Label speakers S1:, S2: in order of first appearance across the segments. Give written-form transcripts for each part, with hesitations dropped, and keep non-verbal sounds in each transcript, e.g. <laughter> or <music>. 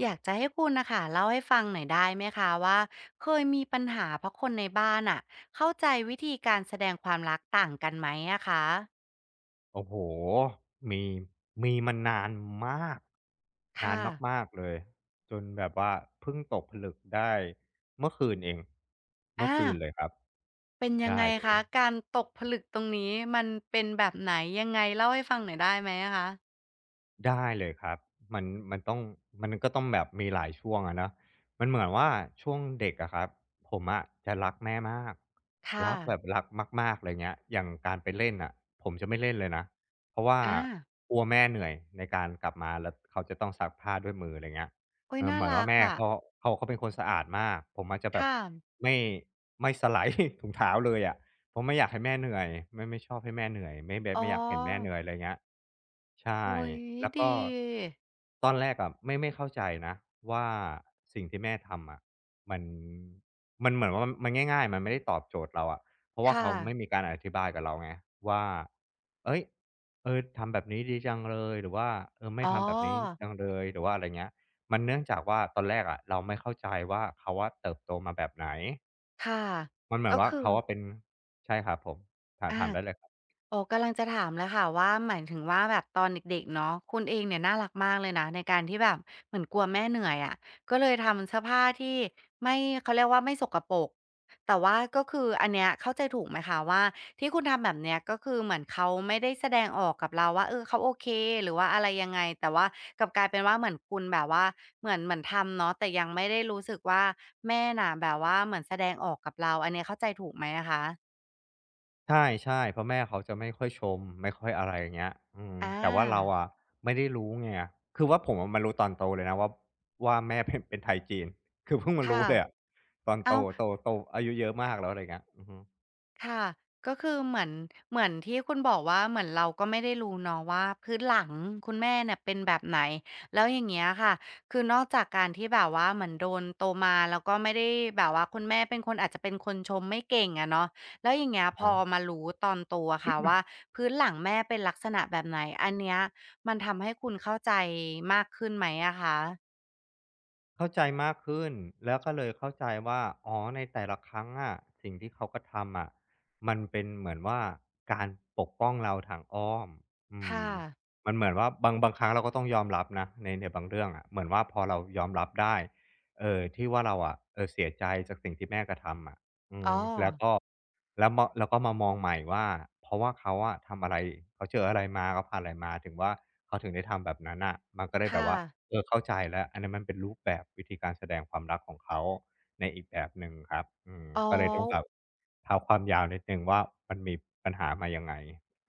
S1: อยากจะให้คุณนะคะเล่าให้ฟังหน่อยได้ไหมคะว่าเคยมีปัญหาเพราะคนในบ้านอ่ะเข้าใจวิธีการแสดงความรักต่างกันไหมอะคะ
S2: โอ้โห มีมีมานานมาก นาน
S1: ค่ะ
S2: มากๆเลย จนแบบว่าเพิ่งตกผลึกได้เมื่อคืนเอง เมื่อคืน
S1: อา
S2: เลยครับ
S1: เป็นยัง
S2: ได้
S1: ไง
S2: เล
S1: คะ
S2: ย
S1: การตกผลึกตรงนี้มันเป็นแบบไหนยังไงเล่าให้ฟังหน่อยได้ไหมอะคะ
S2: ได้เลยครับมันมันต้องมันก็ต้องแบบมีหลายช่วงอะเนอะมันเหมือนว่าช่วงเด็กอะครับผมอะจะรักแม่มาก
S1: ค่ะ
S2: รักแบบรักมากๆเลยเงี้ยอย่างการไปเล่นอ่ะผมจะไม่เล่นเลยนะเพราะว่า
S1: อา
S2: กลัวแม่เหนื่อยในการกลับมาแล้วเขาจะต้องซักผ้าด้วยมืออะไรเงี้ย
S1: โอุย
S2: เออ
S1: น่า
S2: เหมือน
S1: รั
S2: ว่า
S1: ก
S2: แม่
S1: อะ
S2: เขาเขาเป็นคนสะอาดมากผมอาจจะแบบ
S1: ค่ะ
S2: ไม่ไม่สไลด์ <laughs> ถุงเท้าเลยอะ เพราะไม่อยากให้แม่เหนื่อยไม่ชอบให้แม่เหนื่อยไม่แบบ
S1: อ๋
S2: ไม่อยากเห็นแม่เห
S1: อ
S2: นื่อยอะไรเงี้ยใช่
S1: อุ๊ย
S2: แล้ว
S1: ดี
S2: ก็ตอนแรกอะไม่เข้าใจนะว่าสิ่งที่แม่ทำอะมันมันเหมือนว่ามันง่ายๆมันไม่ได้ตอบโจทย์เราอะเพราะว่า
S1: ค่ะ
S2: เขาไม่มีการอธิบายกับเราไงว่าเฮ้ยเออทำแบบนี้ดีจังเลยหรือว่าเออไม่
S1: อ๋อ
S2: ทำแบบนี้จังเลยหรือว่าอะไรเงี้ยมันเนื่องจากว่าตอนแรกอะเราไม่เข้าใจว่าเขาอะเติบโตมาแบบไหน
S1: ค่ะ
S2: มันเหมือ
S1: ก็
S2: นว่า
S1: คือ
S2: เขาอะเป็นใช่ครับผมถาม
S1: อา
S2: ถามได้เลยครับ
S1: ออกำลังจะถามแล้วค่ะว่าหมายถึงว่าแบบตอนเด็กๆเนาะคุณเองเนี่ยน่ารักมากเลยนะในการที่แบบเหมือนกลัวแม่เหนื่อยอะก็เลยทำเสื้อผ้าที่ไม่เขาเรียกว่าไม่สกปรกแต่ว่าก็คืออันเนี้ยเข้าใจถูกไหมคะว่าที่คุณทำแบบเนี้ยก็คือเหมือนเขาไม่ได้แสดงออกกับเราว่าเออเขาโอเคหรือว่าอะไรยังไงแต่ว่ากลับกลายเป็นว่าเหมือนคุณแบบว่าเหมือนทำเนาะแต่ยังไม่ได้รู้สึกว่าแม่น่ะแบบว่าเหมือนแสดงออกกับเราอันเนี้ยเข้าใจถูกไหมอะคะ
S2: ใช่ๆเพราะแม่เขาจะไม่ค่อยชมไม่ค่อยอะไรอย่างเงี้ยอืม
S1: อา
S2: แต่ว่าเราอะไม่ได้รู้ไงคือว่าผมอะมารู้ตอนโตเลยนะว่าแม่เป็นไทยจีน <laughs> คือเพิ่งมารู้
S1: ค่ะ
S2: เลยอะตอนโต
S1: เอา
S2: โตโตอายุเยอะมากแล้วอะไรเงี้ยอือฮึ
S1: ค่ะก็คือเหมือนที่คุณบอกว่าเหมือนเราก็ไม่ได้รู้เนาะว่าพื้นหลังคุณแม่เนี่ยเป็นแบบไหนแล้วอย่างเงี้ยค่ะคือนอกจากการที่แบบว่าเหมือนโดนโตมาแล้วก็ไม่ได้แบบว่าคุณแม่เป็นคนอาจจะเป็นคนชมไม่เก่งอะเนาะแล้วอย่างเงี้ยพอ
S2: อา
S1: มารู้ตอนโตอะค่ะว่าพื้นหลังแม่เป็นลักษณะแบบไหนอันเนี้ยมันทำให้คุณเข้าใจมากขึ้นไหมอะคะ
S2: เข้าใจมากขึ้นแล้วก็เลยเข้าใจว่าอ๋อในแต่ละครั้งอะสิ่งที่เขากระทำอะมันเป็นเหมือนว่าการปกป้องเราทางอ้อมอื
S1: ค่ะ
S2: มมันเหมือนว่าบางครั้งเราก็ต้องยอมรับนะในบางเรื่องอะเหมือนว่าพอเรายอมรับได้ที่ว่าเราอะเสียใจจากสิ่งที่แม่กระทำอะอืม
S1: อ๋อ
S2: แล้วก็แล้วก็มามองใหม่ว่าเพราะว่าเขาอะทำอะไรเขาเจออะไรมาเขาผ่านอะไรมาถึงว่าเขาถึงได้ทำแบบนั้นน่ะมันก็เลยแบบ
S1: ค่ะ
S2: ว่า เออเข้าใจแล้วอันนั้นมันเป็นรูปแบบวิธีการแสดงความรักของเขาในอีกแบบหนึ่งครับอืม
S1: อ๋อ
S2: ก็เลยต้องแบบเท้าความยาวนิดหนึ่งว่ามันมีปัญหามายังไง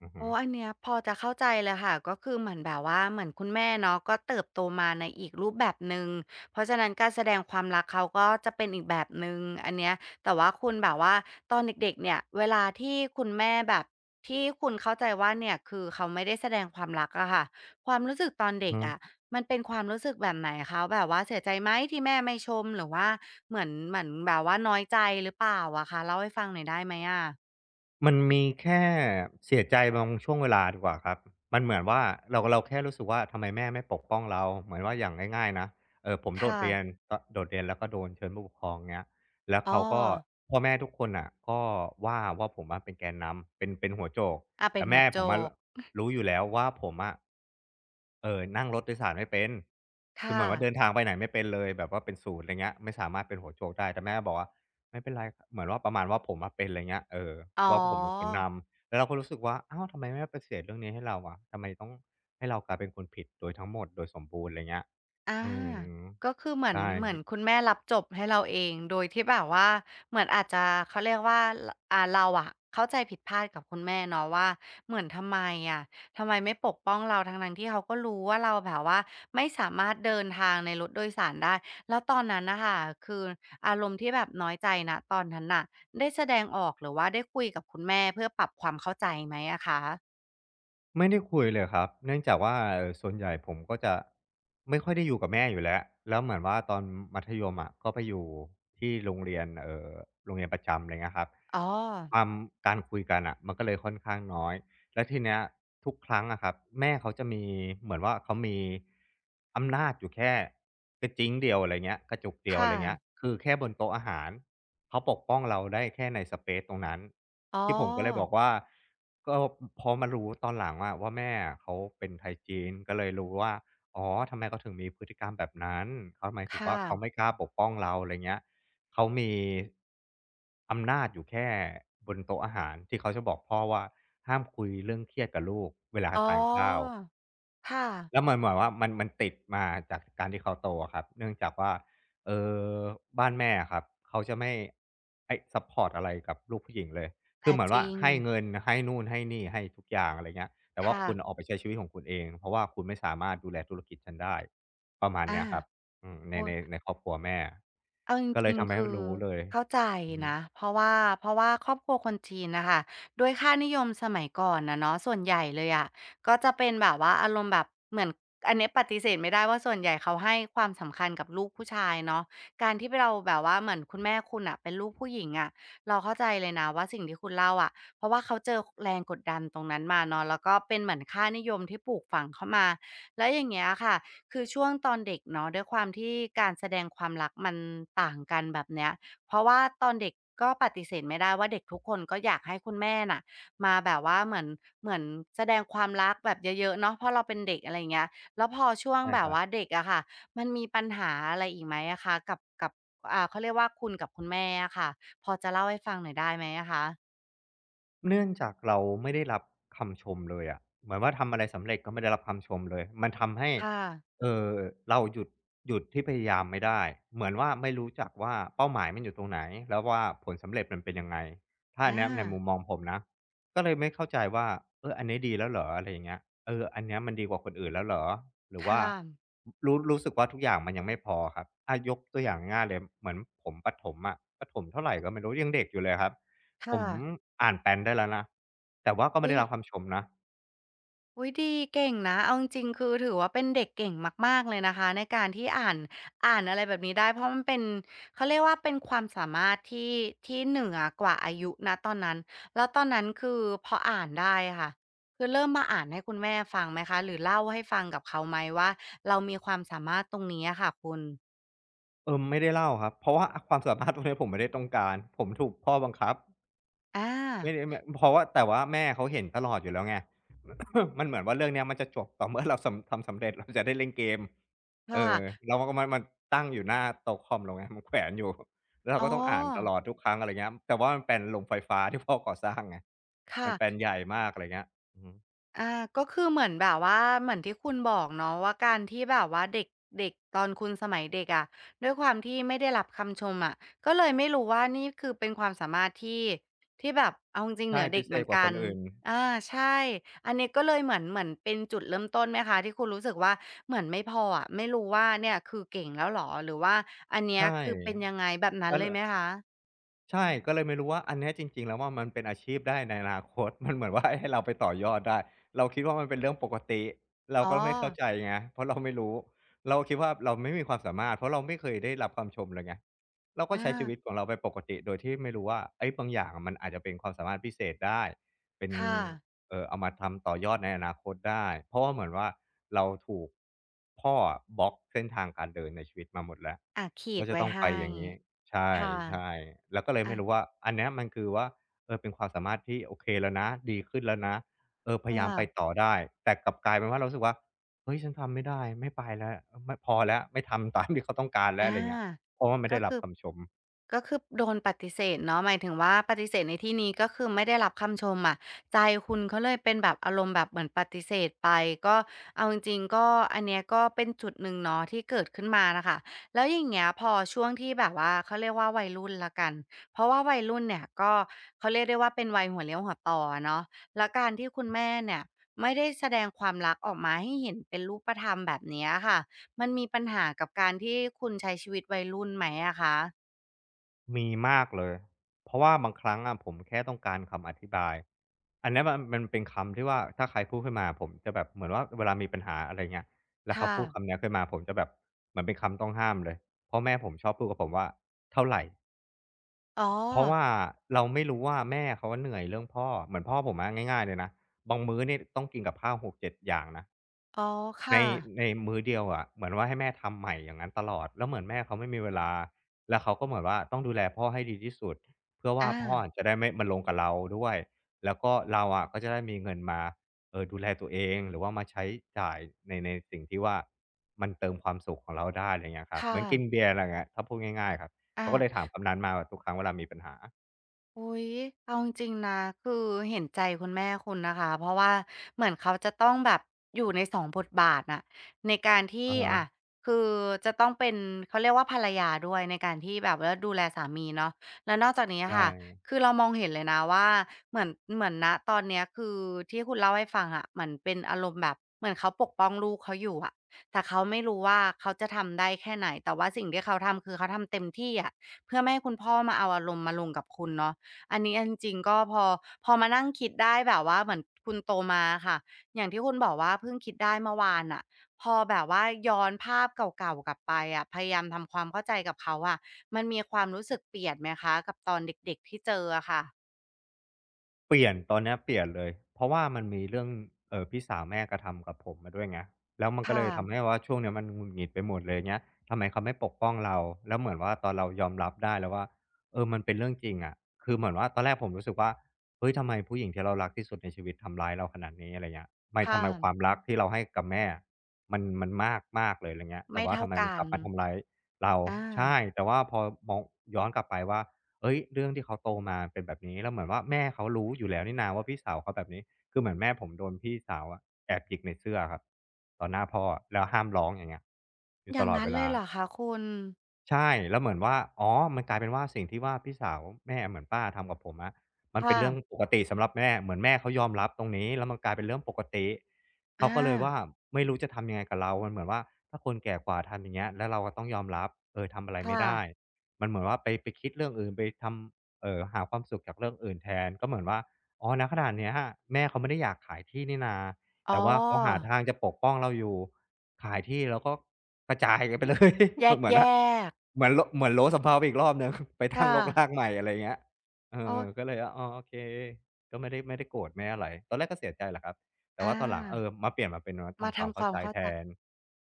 S2: อือฮ
S1: โอ้อันเนี้ยพอจะเข้าใจเลยค่ะก็คือเหมือนแบบว่าเหมือนคุณแม่เนาะก็เติบโตมาในอีกรูปแบบหนึ่งเพราะฉะนั้นการแสดงความรักเขาก็จะเป็นอีกแบบหนึ่งอันเนี้ยแต่ว่าคุณแบบว่าตอนเด็กๆเนี่ยเวลาที่คุณแม่แบบที่คุณเข้าใจว่าเนี่ยคือเขาไม่ได้แสดงความรักอะค่ะความรู้สึกตอนเด็ก
S2: ึ
S1: อะมันเป็นความรู้สึกแบบไหนคะแบบว่าเสียใจไหมที่แม่ไม่ชมหรือว่าเหมือนแบบว่าน้อยใจหรือเปล่าอะคะเล่าให้ฟังหน่อยได้ไหมอะ
S2: มันมีแค่เสียใจบางช่วงเวลาดีกว่าครับมันเหมือนว่าเราแค่รู้สึกว่าทำไมแม่ไม่ปกป้องเราเหมือนว่าอย่างง่ายๆนะผมโดด
S1: ค่ะ
S2: เรียนโดดเรียนแล้วก็โดนเชิญผู้ปกครองเงี้ยแล้ว
S1: อ๋อ
S2: เขาก็พ่อแม่ทุกคนน่ะก็ว่าผมอะเป็นแกนนำเป็นหัวโจก
S1: อาเป็น
S2: แต่
S1: หัว
S2: แม่
S1: โจ
S2: ผมอะ
S1: ก
S2: รู้อยู่แล้วว่าผมอะนั่งรถโดยสารไม่เป็นคือเห
S1: ค่ะ
S2: มือนว่าเดินทางไปไหนไม่เป็นเลยแบบว่าเป็นศูนย์ไรเงี้ยไม่สามารถเป็นหัวโจกได้แต่แม่บอกว่า ไม่เป็นไรเหมือนว่าประมาณว่าผมอะเป็นไรเงี้ยเออ
S1: อ๋อ
S2: ว่าผมเป็นคนนำแล้วเราก็รู้สึกว่าอ้าวทำไมไม่ปฏิเสธเรื่องนี้ให้เราอะทำไมต้องให้เรากลายเป็นคนผิดโดยทั้งหมดโดยสมบูรณ์ไรเงี้ย
S1: อา
S2: อืม
S1: ก็คือเหมือน
S2: ใช่
S1: เหมือนคุณแม่รับจบให้เราเองโดยที่แบบว่าเหมือนอาจจะเขาเรียกว่ารอ่าเราอะเข้าใจผิดพลาดกับคุณแม่เนาะว่าเหมือนทำไมอะทำไมไม่ปกป้องเราทั้งๆที่เขาก็รู้ว่าเราแบบว่าไม่สามารถเดินทางในรถโดยสารได้แล้วตอนนั้นน่ะค่ะคืออารมณ์ที่แบบน้อยใจณตอนนั้นน่ะได้แสดงออกหรือว่าได้คุยกับคุณแม่เพื่อปรับความเข้าใจไหมอะคะ
S2: ไม่ได้คุยเลยครับเนื่องจากว่าส่วนใหญ่ผมก็จะไม่ค่อยได้อยู่กับแม่อยู่แล้วแล้วเหมือนว่าตอนมัธยมอะก็ไปอยู่ที่โรงเรียนโรงเรียนประจำอะไรเงี้ยครับ
S1: อ๋อ
S2: ความการคุยกันอ่ะมันก็เลยค่อนข้างน้อยและทีเนี้ยทุกครั้งอะครับแม่เขาจะมีเหมือนว่าเขามีอำนาจอยู่แค่กระจิ๋งเดียวอะไรเงี้ยกระจุกเดียวอะ
S1: ค่ะ
S2: ไรเงี้ยคือแค่บนโต๊ะอาหาร เขาปกป้องเราได้แค่ในสเปซตรงนั้น
S1: อ๋อ
S2: ที่ผมก็เลยบอกว่าก็พอมารู้ตอนหลังอะว่าแม่อะเขาเป็นไทยจีนก็เลยรู้ว่าอ๋อทำไมเขาถึงมีพฤติกรรมแบบนั้นเขาหมายถึง
S1: ค่ะ
S2: ว่าเขาไม่กล้าปกป้องเราอะไรเงี้ยเขามีอำนาจอยู่แค่บนโต๊ะอาหารที่เขาจะบอกพ่อว่าห้ามคุยเรื่องเครียดกับลูกเวลา
S1: อ๋อ
S2: ทานข้าว
S1: ค่ะ
S2: แล้วมันเหมือนว่ามันติดมาจากการที่เขาโตอะครับเนื่องจากว่าเอ่อบ้านแม่อะครับเขาจะไม่ให้ซัปพอร์ตอะไรกับลูกผู้หญิงเลยคือ
S1: อา
S2: เหมือน
S1: จ
S2: ว่า
S1: ริง
S2: ให้เงินให้นู่นให้นี่ให้ทุกอย่างอะไรเงี้ยแต่ว่า
S1: ค่ะ
S2: คุณออกไปใช้ชีวิตของคุณเองเพราะว่าคุณไม่สามารถดูแลธุรกิจฉันได้ประมาณ
S1: อา
S2: เนี้ยครับอืมในครอบครัวแม่
S1: เอาจ
S2: ก็เล
S1: ริ
S2: ย
S1: ง
S2: ทำ
S1: ๆ
S2: ให้
S1: คือ
S2: รู้เลย
S1: เข้าใจ
S2: อือฮึ
S1: นะเพราะว่าครอบครัวคนจีนน่ะค่ะด้วยค่านิยมสมัยก่อนน่ะเนาะส่วนใหญ่เลยอะก็จะเป็นแบบว่าอารมณ์แบบเหมือนอันเนี้ยปฏิเสธไม่ได้ว่าส่วนใหญ่เขาให้ความสำคัญกับลูกผู้ชายเนาะการที่เราแบบว่าเหมือนคุณแม่คุณน่ะเป็นลูกผู้หญิงอะเราเข้าใจเลยนะว่าสิ่งที่คุณเล่าอะเพราะว่าเขาเจอคแรงกดดันตรงนั้นมาเนาะแล้วก็เป็นเหมือนค่านิยมที่ปลูกฝังเข้ามาแล้วอย่างเงี้ยค่ะ คือช่วงตอนเด็กเนาะด้วยความที่การแสดงความรักมันต่างกันแบบเนี้ยเพราะว่าตอนเด็กก็ปฏิเสธไม่ได้ว่าเด็กทุกคนก็อยากให้คุณแม่น่ะมาแบบว่าเหมือนแสดงความรักแบบเยอะๆเนาะเพราะเราเป็นเด็กอะไรเงี้ยแล้วพอช่วง
S2: ใช่
S1: แบ
S2: ค
S1: บ
S2: รั
S1: ว่า
S2: บ
S1: เด็กอะค่ะมันมีปัญหาอะไรอีกไหมอะคะกับอ่าเขาเรียกว่าคุณกับคุณแม่อะค่ะพอจะเล่าให้ฟังหน่อยได้ไหมอะคะ
S2: เนื่องจากเราไม่ได้รับคำชมเลยอะเหมือนว่าทำอะไรสำเร็จก็ไม่ได้รับคำชมเลยมันทำให้
S1: ค่ะ
S2: เอ่อเราหยุดที่พยายามไม่ได้เหมือนว่าไม่รู้จักว่าเป้าหมายมันอยู่ตรงไหนแล้วว่าผลสำเร็จมันเป็นยังไงถ้าอัน
S1: อา
S2: เนี้ยในมุมมองผมนะก็เลยไม่เข้าใจว่าเอออันนี้ดีแล้วเหรออะไรอย่างเงี้ยเอออันเนี้ยมันดีกว่าคนอื่นแล้วเหรอหรือว่า
S1: ค่ะ
S2: รู้สึกว่าทุกอย่างมันยังไม่พอครับอายกตัวอย่างง่ายๆเลยเหมือนผมประถมเท่าไรก็ไม่รู้ยังเด็กอยู่เลยครับ ผ
S1: ค่ะ
S2: มอ่านแปลนได้แล้วนะแต่ว่าก็ไม่
S1: อุ้
S2: ได้
S1: ย
S2: รับคำชมนะ
S1: อุ๊ยดีเก่งนะเอาจริงๆคือถือว่าเป็นเด็กเก่งมากๆเลยนะคะในการที่อ่านอะไรแบบนี้ได้เพราะมันเป็นเขาเรียกว่าเป็นความสามารถที่เหนือกว่าอายุณตอนนั้นแล้วตอนนั้นคือพออ่านได้อะค่ะคือเริ่มมาอ่านให้คุณแม่ฟังไหมคะหรือเล่าให้ฟังกับเขาไหมว่าเรามีความสามารถตรงนี้อะค่ะคุณ
S2: เออไม่ได้เล่าครับเพราะว่าความสามารถตรงนี้ผมไม่ได้ต้องการผมถูกพ่อบังคับ
S1: อ
S2: ไม่
S1: า
S2: ได้มเพราะว่าแต่ว่าแม่เขาเห็นตลอดอยู่แล้วไง <coughs> มันเหมือนว่าเรื่องเนี้ยมันจะจบต่อเมื่อเราสำ <coughs> ทำสำเร็จเราจะได้เล่นเกมเออ
S1: ค่ะ
S2: แล้วมันก็มันตั้งอยู่หน้าโต๊ะคอมเราไงมันแขวนอยู่แล้วเรา
S1: อ๋อ
S2: ก็ต้องอ่านตลอดทุกครั้งอะไรเงี้ยแต่ว่ามันแปลนโรงไฟฟ้าที่พ่อก่อสร้างไงมันแปลน
S1: ค่ะ
S2: ใหญ่มากอะไรเงี้ยอือฮึ
S1: อาก็คือเหมือนแบบว่าเหมือนที่คุณบอกเนาะว่าการที่แบบว่าเด็กเด็กตอนคุณสมัยเด็กอะด้วยความที่ไม่ได้รับคำชมอะก็เลยไม่รู้ว่านี่คือเป็นความสามารถที่แบบเอาจริงๆเห
S2: ใช่
S1: นือเด็
S2: พิ
S1: ก
S2: เศ
S1: เหมื
S2: ษ
S1: อน
S2: กว่าค
S1: กัน
S2: นอื่น
S1: อาใช่อันนี้ก็เลยเหมือนเป็นจุดเริ่มต้นไหมคะที่คุณรู้สึกว่าเหมือนไม่พออะไม่รู้ว่าเนี่ยคือเก่งแล้วหรอหรือว่าอันเนี้ย
S2: ใช่
S1: คือเป็นยังไงแบบนั้น
S2: แล้ว
S1: เล
S2: ล
S1: ยไหมคะ
S2: ใช่ก็เลยไม่รู้ว่าอันเนี้ยจริงๆแล้วว่ามันเป็นอาชีพได้ในอนาคต <laughs> มันเหมือนว่าให้เราไปต่อยอดได้เราคิดว่ามันเป็นเรื่องปกติเรา
S1: อ๋อ
S2: ก็ไม่เข้าใจไงเพราะเราไม่รู้เราคิดว่าเราไม่มีความสามารถเพราะเราไม่เคยได้รับคำชมเลยไงเราก็
S1: อา
S2: ใช้ชีวิตของเราไปปกติโดยที่ไม่รู้ว่าเฮ้ยบางอย่างอะมันอาจจะเป็นความสามารถพิเศษได้เป็น
S1: ค่ะ
S2: เอามาทำต่อยอดในอนาคตได้เพราะว่าเหมือนว่าเราถูกพ่ออะบล็อกเส้นทางการเดินในชีวิตมาหมดแล้ว
S1: อะขีด
S2: ว่าจะ
S1: ไว้
S2: ต้องไป
S1: ให้
S2: อย่างงี้ ใช
S1: ค่ะ
S2: ่ๆเราก็เลย
S1: อะ
S2: ไม่รู้ว่าอันเนี้ยมันคือว่าเออเป็นความสามารถที่โอเคแล้วนะดีขึ้นแล้วนะเออพยายาม
S1: ค่ะ
S2: ไปต่อได้แต่กลับกลายเป็นว่าเรารู้สึกว่าเฮ้ยฉันทำไม่ได้ไม่ไปแล้วไม่พอแล้วไม่ทำ <laughs> ตามที่เขาต้องการแล้วอะ
S1: อ่า
S2: ไรเงี้ยเพราะว่าไม่
S1: ก็
S2: ได้รับ
S1: คือ
S2: คำชม
S1: ก็คือโดนปฏิเสธเนาะหมายถึงว่าปฏิเสธในที่นี้ก็คือไม่ได้รับคำชมอะใจคุณก็เลยเป็นแบบอารมณ์แบบเหมือนปฏิเสธไปก็เอาจริงๆก็อันเนี้ยก็เป็นจุดหนึ่งเนาะที่เกิดขึ้นมาน่ะค่ะแล้วอย่างเงี้ยพอช่วงที่แบบว่าเขาเรียกว่าวัยรุ่นแล้วกันเพราะว่าวัยรุ่นเนี่ยก็เขาเรียกได้ว่าเป็นวัยหัวเลี้ยวหัวต่ออะเนาะแล้วการที่คุณแม่เนี่ยไม่ได้แสดงความรักออกมาให้เห็นเป็นรูปธรรมแบบเนี้ยค่ะมันมีปัญหากับการที่คุณใช้ชีวิตวัยรุ่นไหมอะคะ
S2: มีมากเลยเพราะว่าบางครั้งอะผมแค่ต้องการคำอธิบายอันเนี้ยมันเป็นคำที่ว่าถ้าใครพูดขึ้นมาผมจะแบบเหมือนว่าเวลามีปัญหาอะไรเงี้ยแล้วเขา
S1: ค่ะ
S2: พูดคำเนี้ยขึ้นมาผมจะแบบเหมือนเป็นคำต้องห้ามเลยเพราะแม่ผมชอบพูดกับผมว่าเท่าไร
S1: อ๋อ
S2: เพราะว่าเราไม่รู้ว่าแม่เขาอะเหนื่อยเรื่องพ่อเหมือนพ่อผมอะง่ายๆเลยนะบางมื้อนี่ต้องกินกับข้าว6-7อย่างนะ
S1: อ๋อ
S2: ใน
S1: ค่ะ
S2: ในมื้อเดียวอะเหมือนว่าให้แม่ทำใหม่อย่างงั้นตลอดแล้วเหมือนแม่เขาไม่มีเวลาแล้วเขาก็เหมือนว่าต้องดูแลพ่อให้ดีที่สุดเพื่อว่า
S1: อา
S2: พ่ออะจะได้ไม่มาลงกับเราด้วยแล้วก็เราอะก็จะได้มีเงินมาดูแลตัวเองหรือว่ามาใช้จ่ายในสิ่งที่ว่ามันเติมความสุขของเราได้อะไรเงี้ยครับเห
S1: ค่ะ
S2: มือนกินเบียร์อะไรเงี้ยถ้าพูดง่ายๆครับ
S1: อา
S2: เขาก็เลยถามคำนั้นมาแบบทุกครั้งเวลามีปัญหา
S1: อุ๊ยเอาจริงๆนะคือเห็นใจคุณแม่คุณนะคะเพราะว่าเหมือนเขาจะต้องแบบอยู่ในสองบทบาทน่ะในการที่
S2: อะฮะ
S1: อะคือจะต้องเป็นเขาเรียกว่าภรรยาด้วยในการที่แบบว่าดูแลสามีเนาะแล้วนอกจากนี้อ
S2: ใช
S1: ค่ะ
S2: ่
S1: คือเรามองเห็นเลยนะว่าเหมือนเหมือนณตอนเนี้ยคือที่คุณเล่าให้ฟังอะเหมือนเป็นอารมณ์แบบเหมือนเขาปกป้องลูกเขาอยู่อะแต่เขาไม่รู้ว่าเขาจะทำได้แค่ไหนแต่ว่าสิ่งที่เขาทำคือเขาทำเต็มที่อะเพื่อไม่ให้คุณพ่อมาเอาอารมณ์มาลงกับคุณเนาะ อันนี้เอาจริงๆก็พอมานั่งคิดได้แบบว่าเหมือนคุณโตมาอะค่ะอย่างที่คุณบอกว่าเพิ่งคิดได้เมื่อวานน่ะพอแบบว่าย้อนภาพเก่าๆกลับไปอะพยายามทำความเข้าใจกับเขาอะมันมีความรู้สึกเปลี่ยนไหมคะกับตอนเด็กๆที่เจออะค่ะ
S2: เปลี่ยนตอนเนี้ยเปลี่ยนเลยเพราะว่ามันมีเรื่องพี่สาวแม่กระทำกับผมมาด้วยไงแล้วมันก็เล
S1: ค่ะ
S2: ยทำให้ว่าช่วงเนี้ยมันหงุดหงิดไปหมดเลยเงี้ยทำไมเขาไม่ปกป้องเราแล้วเหมือนว่าตอนเรายอมรับได้แล้วว่าเออมันเป็นเรื่องจริงอะคือเหมือนว่าตอนแรกผมรู้สึกว่าเฮ้ยทำไมผู้หญิงที่เรารักที่สุดในชีวิตทำร้ายเราขนาดนี้อะไรเงี้ยไม่ทำ
S1: ค่ะ
S2: ไมความรักที่เราให้กับแม่อะมันมากมากเลยอะไรเงี้ยแต่
S1: ไม่
S2: ว่า
S1: เท่า
S2: ทำไมมัน
S1: กั
S2: ก
S1: น
S2: ลับมาทำร้ายเรา
S1: อา
S2: ใช่แต่ว่าพอมองย้อนกลับไปว่า เฮ้ยเรื่องที่เขาโตมาเป็นแบบนี้แล้วเหมือนว่าแม่เขารู้อยู่แล้วนี่นาว่าพี่สาวเขาแบบนี้ คือเหมือนแม่ผมโดนพี่สาวอะแอบหยิกในเสื้อครับต่อหน้าพ่อแล้วห้ามร้องอย่างเงี้ยอยู่
S1: อ
S2: ต
S1: ย่าง
S2: ลอด
S1: งั้น
S2: เว
S1: เล
S2: ลา
S1: ยเหรอคะคุณ
S2: ใช่แล้วเหมือนว่าอ๋อมันกลายเป็นว่าสิ่งที่ว่าพี่สาวแม่เหมือนป้าทำกับผมอะมันเป็น
S1: ค่ะ
S2: เรื่องปกติสำหรับแม่เหมือนแม่เขายอมรับตรงนี้แล้วมันกลายเป็นเรื่องปกติ
S1: อ
S2: เขาก็เลยว่า
S1: า
S2: ไม่รู้จะทำยังไงกับเรามันเหมือนว่าถ้าคนแก่กว่าทำอย่างเงี้ยแล้วเราก็ต้องยอมรับเออทำอะไรไม่
S1: ค่ะ
S2: ได้มันเหมือนว่าไปคิดเรื่องอื่นไปทำหาความสุขจากเรื่องอื่นแทนก็เหมือนว่าอ๋อณขณะเนี้ยแม่เขาไม่ได้อยากขายที่นี่นา
S1: อ๋
S2: แต่ว่าเขาหา
S1: อ
S2: ทางจะปกป้องเราอยู่ขายที่แล้วก็กระจายกันไป <laughs> เลยเหมือน
S1: แย
S2: ว่า
S1: กๆ
S2: เหมือนโล a s t a n ไปอีกรอบหนึ่ง <laughs> ไปตั้ง
S1: ค่ะ
S2: รกรากใหม่อะไรอย่างเงี้ยเอ
S1: โอ๊
S2: อ
S1: ย
S2: ก็เลยอ๋อโอเคก็ไม่ได้โกรธไม่อะไรตอนแรกก็เสียใจแหละครับแต่
S1: อา
S2: ว่าตอนหลังมาเปลี่ยนมาเป็นมา
S1: มา
S2: ทำความ
S1: ทำค
S2: เข้า
S1: วาม
S2: ใจ
S1: เข้า
S2: แท
S1: ใจ
S2: น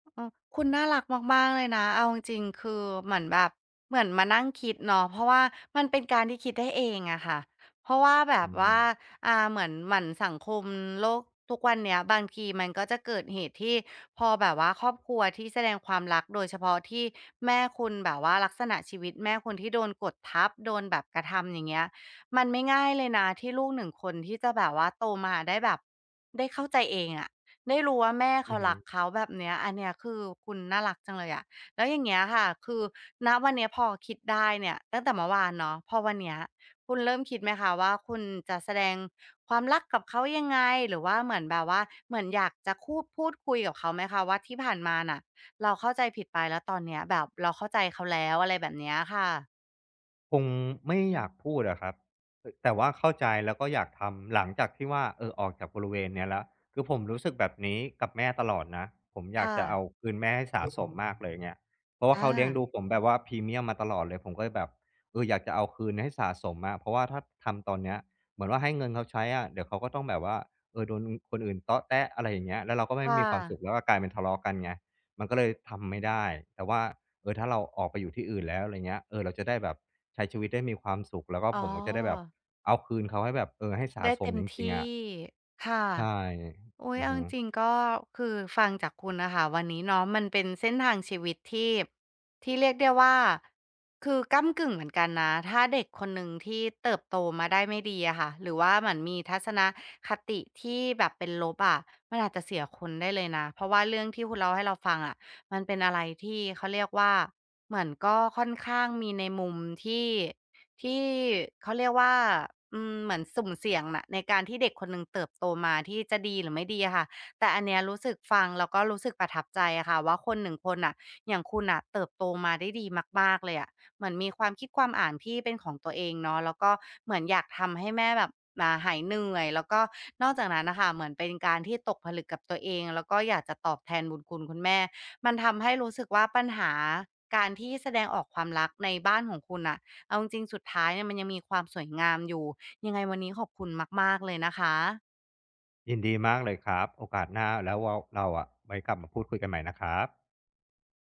S1: เออคุณน่ารักมากๆเลยนะเอาจริงๆคือเหมือนแบบเหมือนมานั่งคิดเนาะเพราะว่ามันเป็นการที่คิดได้เองอะค่ะเพราะว่าแบ
S2: อื
S1: บ
S2: ม
S1: ว่าอ่าเหมือนสังคมโลกทุกวันเนี้ยบางทีมันก็จะเกิดเหตุที่พอแบบว่าครอบครัวที่แสดงความรักโดยเฉพาะที่แม่คุณแบบว่าลักษณะชีวิตแม่คุณที่โดนกดทับโดนแบบกระทำอย่างเงี้ยมันไม่ง่ายเลยนะที่ลูกหนึ่งคนที่จะแบบว่าโตมาได้แบบได้เข้าใจเองอะ ได้รู้ว่าแม่
S2: อื
S1: เขา
S2: อฮึ
S1: รักเขาแบบเนี้ยอันเนี้ยคือคุณน่ารักจังเลยอะแล้วอย่างเงี้ยค่ะคือณวันเนี้ยพอคิดได้เนี่ยตั้งแต่เมื่อวานเนาะพอวันเนี้ยคุณเริ่มคิดไหมคะว่าคุณจะแสดงความรักกับเขายังไงหรือว่าเหมือนแบบว่าเหมือนอยากจะคูดพูดคุยกับเขาไหมคะว่าที่ผ่านมาน่ะเราเข้าใจผิดไปแล้วตอนเนี้ยแบบเราเข้าใจเขาแล้วอะไรแบบเนี้ยค่ะ
S2: คงไม่อยากพูดอะครับแต่ว่าเข้าใจแล้วก็อยากทำหลังจากที่ว่าออกจากบริเวณเนี้ยแล้วคือผมรู้สึกแบบนี้กับแม่ตลอดนะผมอยาก
S1: ค่ะ
S2: จะเอาคืนแม่ให้สะอืสมมมากเลยเงี้ยเพราะว่า
S1: อา
S2: เขาเลี้ยงดูผมแบบว่าพรีเมียมมาตลอดเลยผมก็เลยแบบอยากจะเอาคืนให้สะสมอะเพราะว่าถ้าทำตอนเนี้ยเหมือนว่าให้เงินเขาใช้อะเดี๋ยวเขาก็ต้องแบบว่าโดนคนอื่นเตาะแตะอะไรอย่างเงี้ยแล้วเราก็ไม่
S1: ค่ะ
S2: มีความสุขแล้วก็กลายเป็นทะเลาะกันไงมันก็เลยทำไม่ได้แต่ว่าถ้าเราออกไปอยู่ที่อื่นแล้วอะไรเงี้ยเราจะได้แบบ ใช้ชีวิตได้มีความสุขแล้วก็
S1: อ๋อ
S2: ผมก็จะได้แบบเอาคืนเขาให้แบบให้สะ
S1: ได้
S2: สม
S1: เต็ม
S2: จริงๆ
S1: ที่
S2: อะ
S1: ค่ะ
S2: ใช่
S1: โอ้ย
S2: อือ
S1: เอา
S2: ฮึ
S1: จริงๆก็คือฟังจากคุณนะคะวันนี้เนาะมันเป็นเส้นทางชีวิตที่เรียกได้ว่าคือก้ำกึ่งเหมือนกันนะถ้าเด็กคนหนึ่งที่เติบโตมาได้ไม่ดีอะค่ะหรือว่าเหมือนมีทัศนคติที่แบบเป็นลบอะมันอาจจะเสียคุณได้เลยนะเพราะว่าเรื่องที่คุณเล่าให้เราฟังอะมันเป็นอะไรที่เขาเรียกว่าเหมือนก็ค่อนข้างมีในมุมที่ ที่เขาเรียกว่าอืมเหมือนสุ่มเสี่ยงน่ะในการที่เด็กคนหนึ่งเติบโตมาที่จะดีหรือไม่ดีอะค่ะแต่อันเนี้ยรู้สึกฟังแล้วก็รู้สึกประทับใจอะค่ะว่าคนหนึ่งคนน่ะอย่างคุณน่ะเติบโตมาได้ดีมากๆเลยอะเหมือนมีความคิดความอ่านที่เป็นของตัวเองเนาะแล้วก็เหมือนอยากทำให้แม่แบบอ่าหายเหนื่อยแล้วก็นอกจากนั้นน่ะค่ะเหมือนเป็นการที่ตกผลึกกับตัวเองแล้วก็อยากจะตอบแทนบุญคุณคุณแม่มันทำให้รู้สึกว่าปัญหาการที่แสดงออกความรักในบ้านของคุณน่ะ เอาจริงๆสุดท้ายเนี่ยมันยังมีความสวยงามอยู่ยังไงวันนี้ขอบคุณมากๆเลยนะคะ
S2: ยินดีมากเลยครับโอกาสหน้าแล้วเราอะไว้กลับมาพูดคุยกันใหม่นะครับ